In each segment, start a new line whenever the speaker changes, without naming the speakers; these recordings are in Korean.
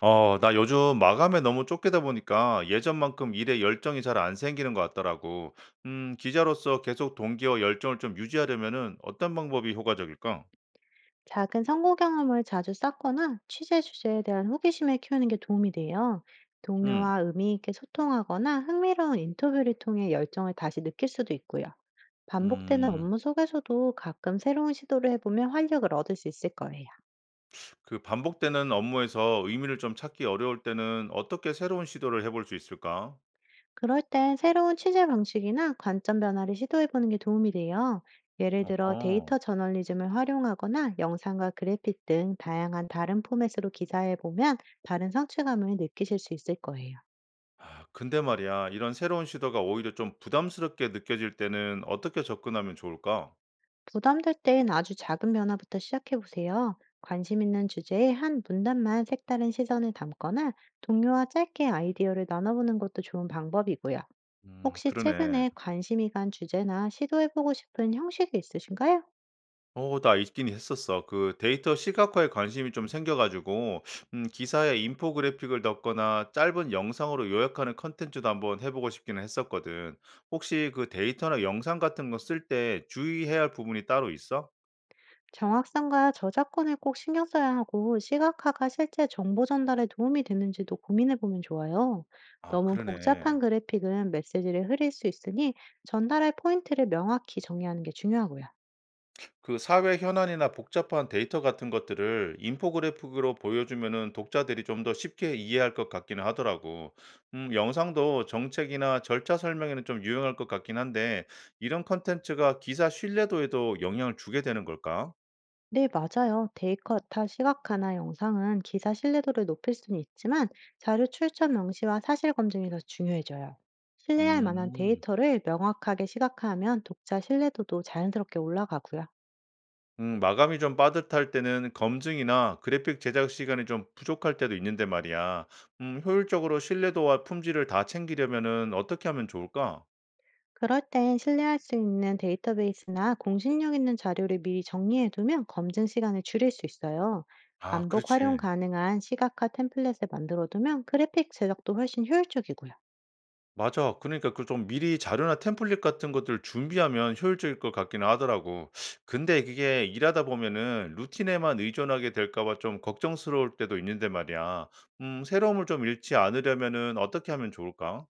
어, 나 요즘 마감에 너무 쫓기다 보니까 예전만큼 일에 열정이 잘 안 생기는 것 같더라고. 기자로서 계속 동기와 열정을 좀 유지하려면은 어떤 방법이 효과적일까?
작은 성공 경험을 자주 쌓거나 취재 주제에 대한 호기심을 키우는 게 도움이 돼요.
음,
동료와 의미 있게 소통하거나 흥미로운 인터뷰를 통해 열정을 다시 느낄 수도 있고요. 반복되는
음,
업무 속에서도 가끔 새로운 시도를 해보면 활력을 얻을 수 있을 거예요.
그 반복되는 업무에서 의미를 좀 찾기 어려울 때는 어떻게 새로운 시도를 해볼 수 있을까?
그럴 땐 새로운 취재 방식이나 관점 변화를 시도해보는 게 도움이 돼요. 예를 들어
어허.
데이터 저널리즘을 활용하거나 영상과 그래픽 등 다양한 다른 포맷으로 기사해보면 다른 성취감을 느끼실 수 있을 거예요.
아, 근데 말이야, 이런 새로운 시도가 오히려 좀 부담스럽게 느껴질 때는 어떻게 접근하면 좋을까?
부담될 땐 아주 작은 변화부터 시작해 보세요. 관심 있는 주제에 한 문단만 색다른 시선을 담거나 동료와 짧게 아이디어를 나눠보는 것도 좋은 방법이고요. 혹시
그러네.
최근에 관심이 간 주제나 시도해보고 싶은 형식이 있으신가요?
어 나 있긴 했었어. 그 데이터 시각화에 관심이 좀 생겨 가지고 기사에 인포그래픽을 넣거나 짧은 영상으로 요약하는 컨텐츠도 한번 해 보고 싶기는 했었거든. 혹시 그 데이터나 영상 같은 거 쓸 때 주의해야 할 부분이 따로 있어?
정확성과 저작권을 꼭 신경 써야 하고 시각화가 실제 정보 전달에 도움이 되는지도 고민해보면 좋아요.
아
너무 복잡한
그러네.
그래픽은 메시지를 흐릴 수 있으니 전달할 포인트를 명확히 정리하는 게 중요하고요.
그 사회 현안이나 복잡한 데이터 같은 것들을 인포그래픽으로 보여주면은 독자들이 좀 더 쉽게 이해할 것 같기는 하더라고. 영상도 정책이나 절차 설명에는 좀 유용할 것 같긴 한데, 이런 컨텐츠가 기사 신뢰도에도 영향을 주게 되는 걸까?
네, 맞아요. 데이커타 시각화나 영상은 기사 신뢰도를 높일 수는 있지만 자료 출처 명시와 사실 검증이 더 중요해져요. 신뢰할 만한
음,
데이터를 명확하게 시각화하면 독자 신뢰도도 자연스럽게 올라가고요.
마감이 좀 빠듯할 때는 검증이나 그래픽 제작 시간이 좀 부족할 때도 있는데 말이야. 효율적으로 신뢰도와 품질을 다 챙기려면은 어떻게 하면 좋을까?
그럴 땐 신뢰할 수 있는 데이터베이스나 공신력 있는 자료를 미리 정리해두면 검증 시간을 줄일 수 있어요.
아,
반복
그렇지.
활용 가능한 시각화 템플릿을 만들어두면 그래픽 제작도 훨씬 효율적이고요.
맞아. 그러니까 그 좀 미리 자료나 템플릿 같은 것들 준비하면 효율적일 것 같기는 하더라고. 근데 그게 일하다 보면은 루틴에만 의존하게 될까 봐 좀 걱정스러울 때도 있는데 말이야. 새로움을 좀 잃지 않으려면은 어떻게 하면 좋을까?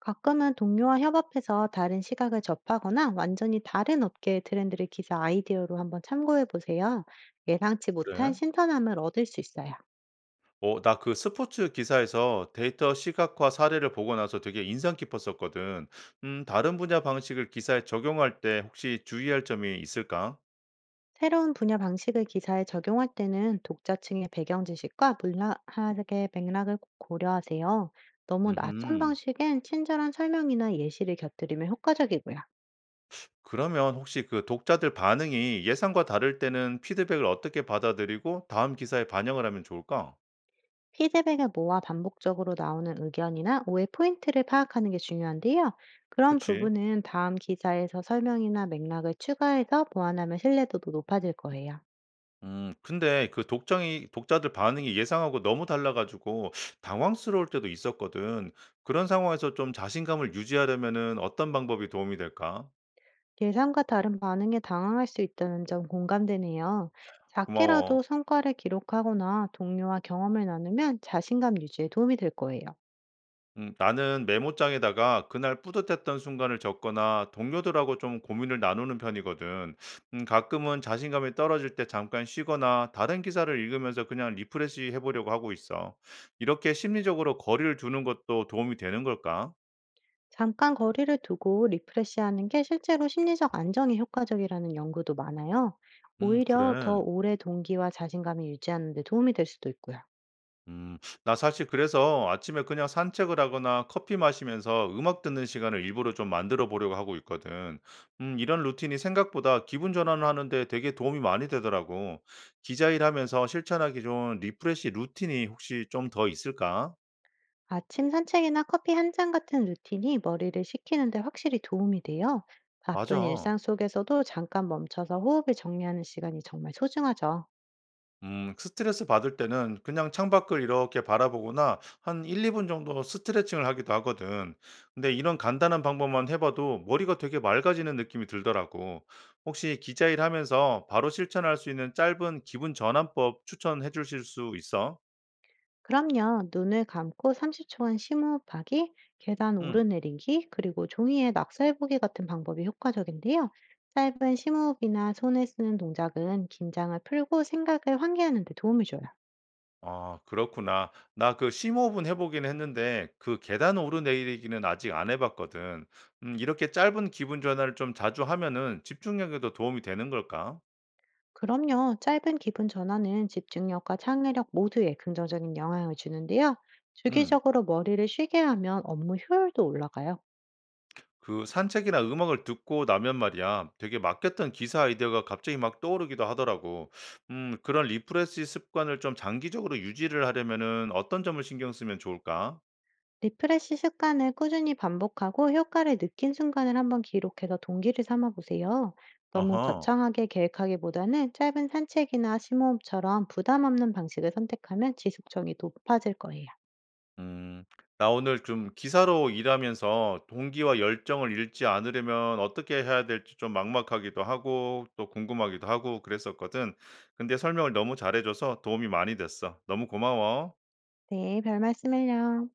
가끔은 동료와 협업해서 다른 시각을 접하거나 완전히 다른 업계의 트렌드를 기사 아이디어로 한번 참고해 보세요. 예상치 못한
그래?
신선함을 얻을 수 있어요.
어, 나 그 스포츠 기사에서 데이터 시각화 사례를 보고 나서 되게 인상 깊었었거든. 다른 분야 방식을 기사에 적용할 때 혹시 주의할 점이 있을까?
새로운 분야 방식을 기사에 적용할 때는 독자층의 배경 지식과 문학의 맥락을 꼭 고려하세요. 너무 낯선
음
방식엔 친절한 설명이나 예시를 곁들이면 효과적이고요.
그러면 혹시 그 독자들 반응이 예상과 다를 때는 피드백을 어떻게 받아들이고 다음 기사에 반영을 하면 좋을까?
피드백을 모아 반복적으로 나오는 의견이나 오해 포인트를 파악하는 게 중요한데요. 그런
그치?
부분은 다음 기사에서 설명이나 맥락을 추가해서 보완하면 신뢰도도 높아질 거예요.
근데 그 독자들 반응이 예상하고 너무 달라가지고 당황스러울 때도 있었거든. 그런 상황에서 좀 자신감을 유지하려면은 어떤 방법이 도움이 될까?
예상과 다른 반응에 당황할 수 있다는 점 공감되네요.
고마워.
작게라도 성과를 기록하거나 동료와 경험을 나누면 자신감 유지에 도움이 될 거예요.
나는 메모장에다가 그날 뿌듯했던 순간을 적거나 동료들하고 좀 고민을 나누는 편이거든. 가끔은 자신감이 떨어질 때 잠깐 쉬거나 다른 기사를 읽으면서 그냥 리프레시 해보려고 하고 있어. 이렇게 심리적으로 거리를 두는 것도 도움이 되는 걸까?
잠깐 거리를 두고 리프레시하는 게 실제로 심리적 안정에 효과적이라는 연구도 많아요. 오히려 더
그래.
오래 동기와 자신감을 유지하는 데 도움이 될 수도 있고요.
음, 나 사실 그래서 아침에 그냥 산책을 하거나 커피 마시면서 음악 듣는 시간을 일부러 좀 만들어 보려고 하고 있거든. 이런 루틴이 생각보다 기분 전환을 하는데 되게 도움이 많이 되더라고. 기자 일하면서 실천하기 좋은 리프레시 루틴이 혹시 좀 더 있을까?
아침 산책이나 커피 한 잔 같은 루틴이 머리를 식히는 데 확실히 도움이 돼요.
맞아.
바쁜 일상 속에서도 잠깐 멈춰서 호흡을 정리하는 시간이 정말 소중하죠.
스트레스 받을 때는 그냥 창밖을 이렇게 바라보거나 한 1-2분 정도 스트레칭을 하기도 하거든. 근데 이런 간단한 방법만 해 봐도 머리가 되게 맑아지는 느낌이 들더라고. 혹시 기자 일하면서 바로 실천할 수 있는 짧은 기분 전환법 추천해 주실 수 있어?
그럼요. 눈을 감고 30초간 심호흡하기, 계단
음.
오르내리기, 그리고 종이에 낙서해보기 같은 방법이 효과적인데요. 짧은 심호흡이나 손을 쓰는 동작은 긴장을 풀고 생각을 환기하는 데 도움을 줘요.
아 그렇구나. 나 그 심호흡은 해 보긴 했는데 그 계단 오르내리기는 아직 안 해 봤거든. 이렇게 짧은 기분 전환을 좀 자주 하면은 집중력에도 도움이 되는 걸까?
그럼요. 짧은 기분 전환은 집중력과 창의력 모두에 긍정적인 영향을 주는데요.
음.
주기적으로 머리를 쉬게 하면 업무 효율도 올라가요.
그 산책이나 음악을 듣고 나면 말이야, 되게 맡겼던 기사 아이디어가 갑자기 막 떠오르기도 하더라고. 그런 리프레시 습관을 좀 장기적으로 유지를 하려면은 어떤 점을 신경 쓰면 좋을까?
리프레시 습관을 꾸준히 반복하고 효과를 느낀 순간을 한번 기록해서 동기를 삼아 보세요. 너무
어허.
거창하게 계획하기보다는 짧은 산책이나 심호흡처럼 부담 없는 방식을 선택하면 지속성이 높아질 거예요.
음, 나 오늘 좀 기사로 일하면서 동기와 열정을 잃지 않으려면 어떻게 해야 될지 좀 막막하기도 하고 또 궁금하기도 하고 그랬었거든. 근데 설명을 너무 잘해줘서 도움이 많이 됐어. 너무 고마워.
네, 별 말씀을요.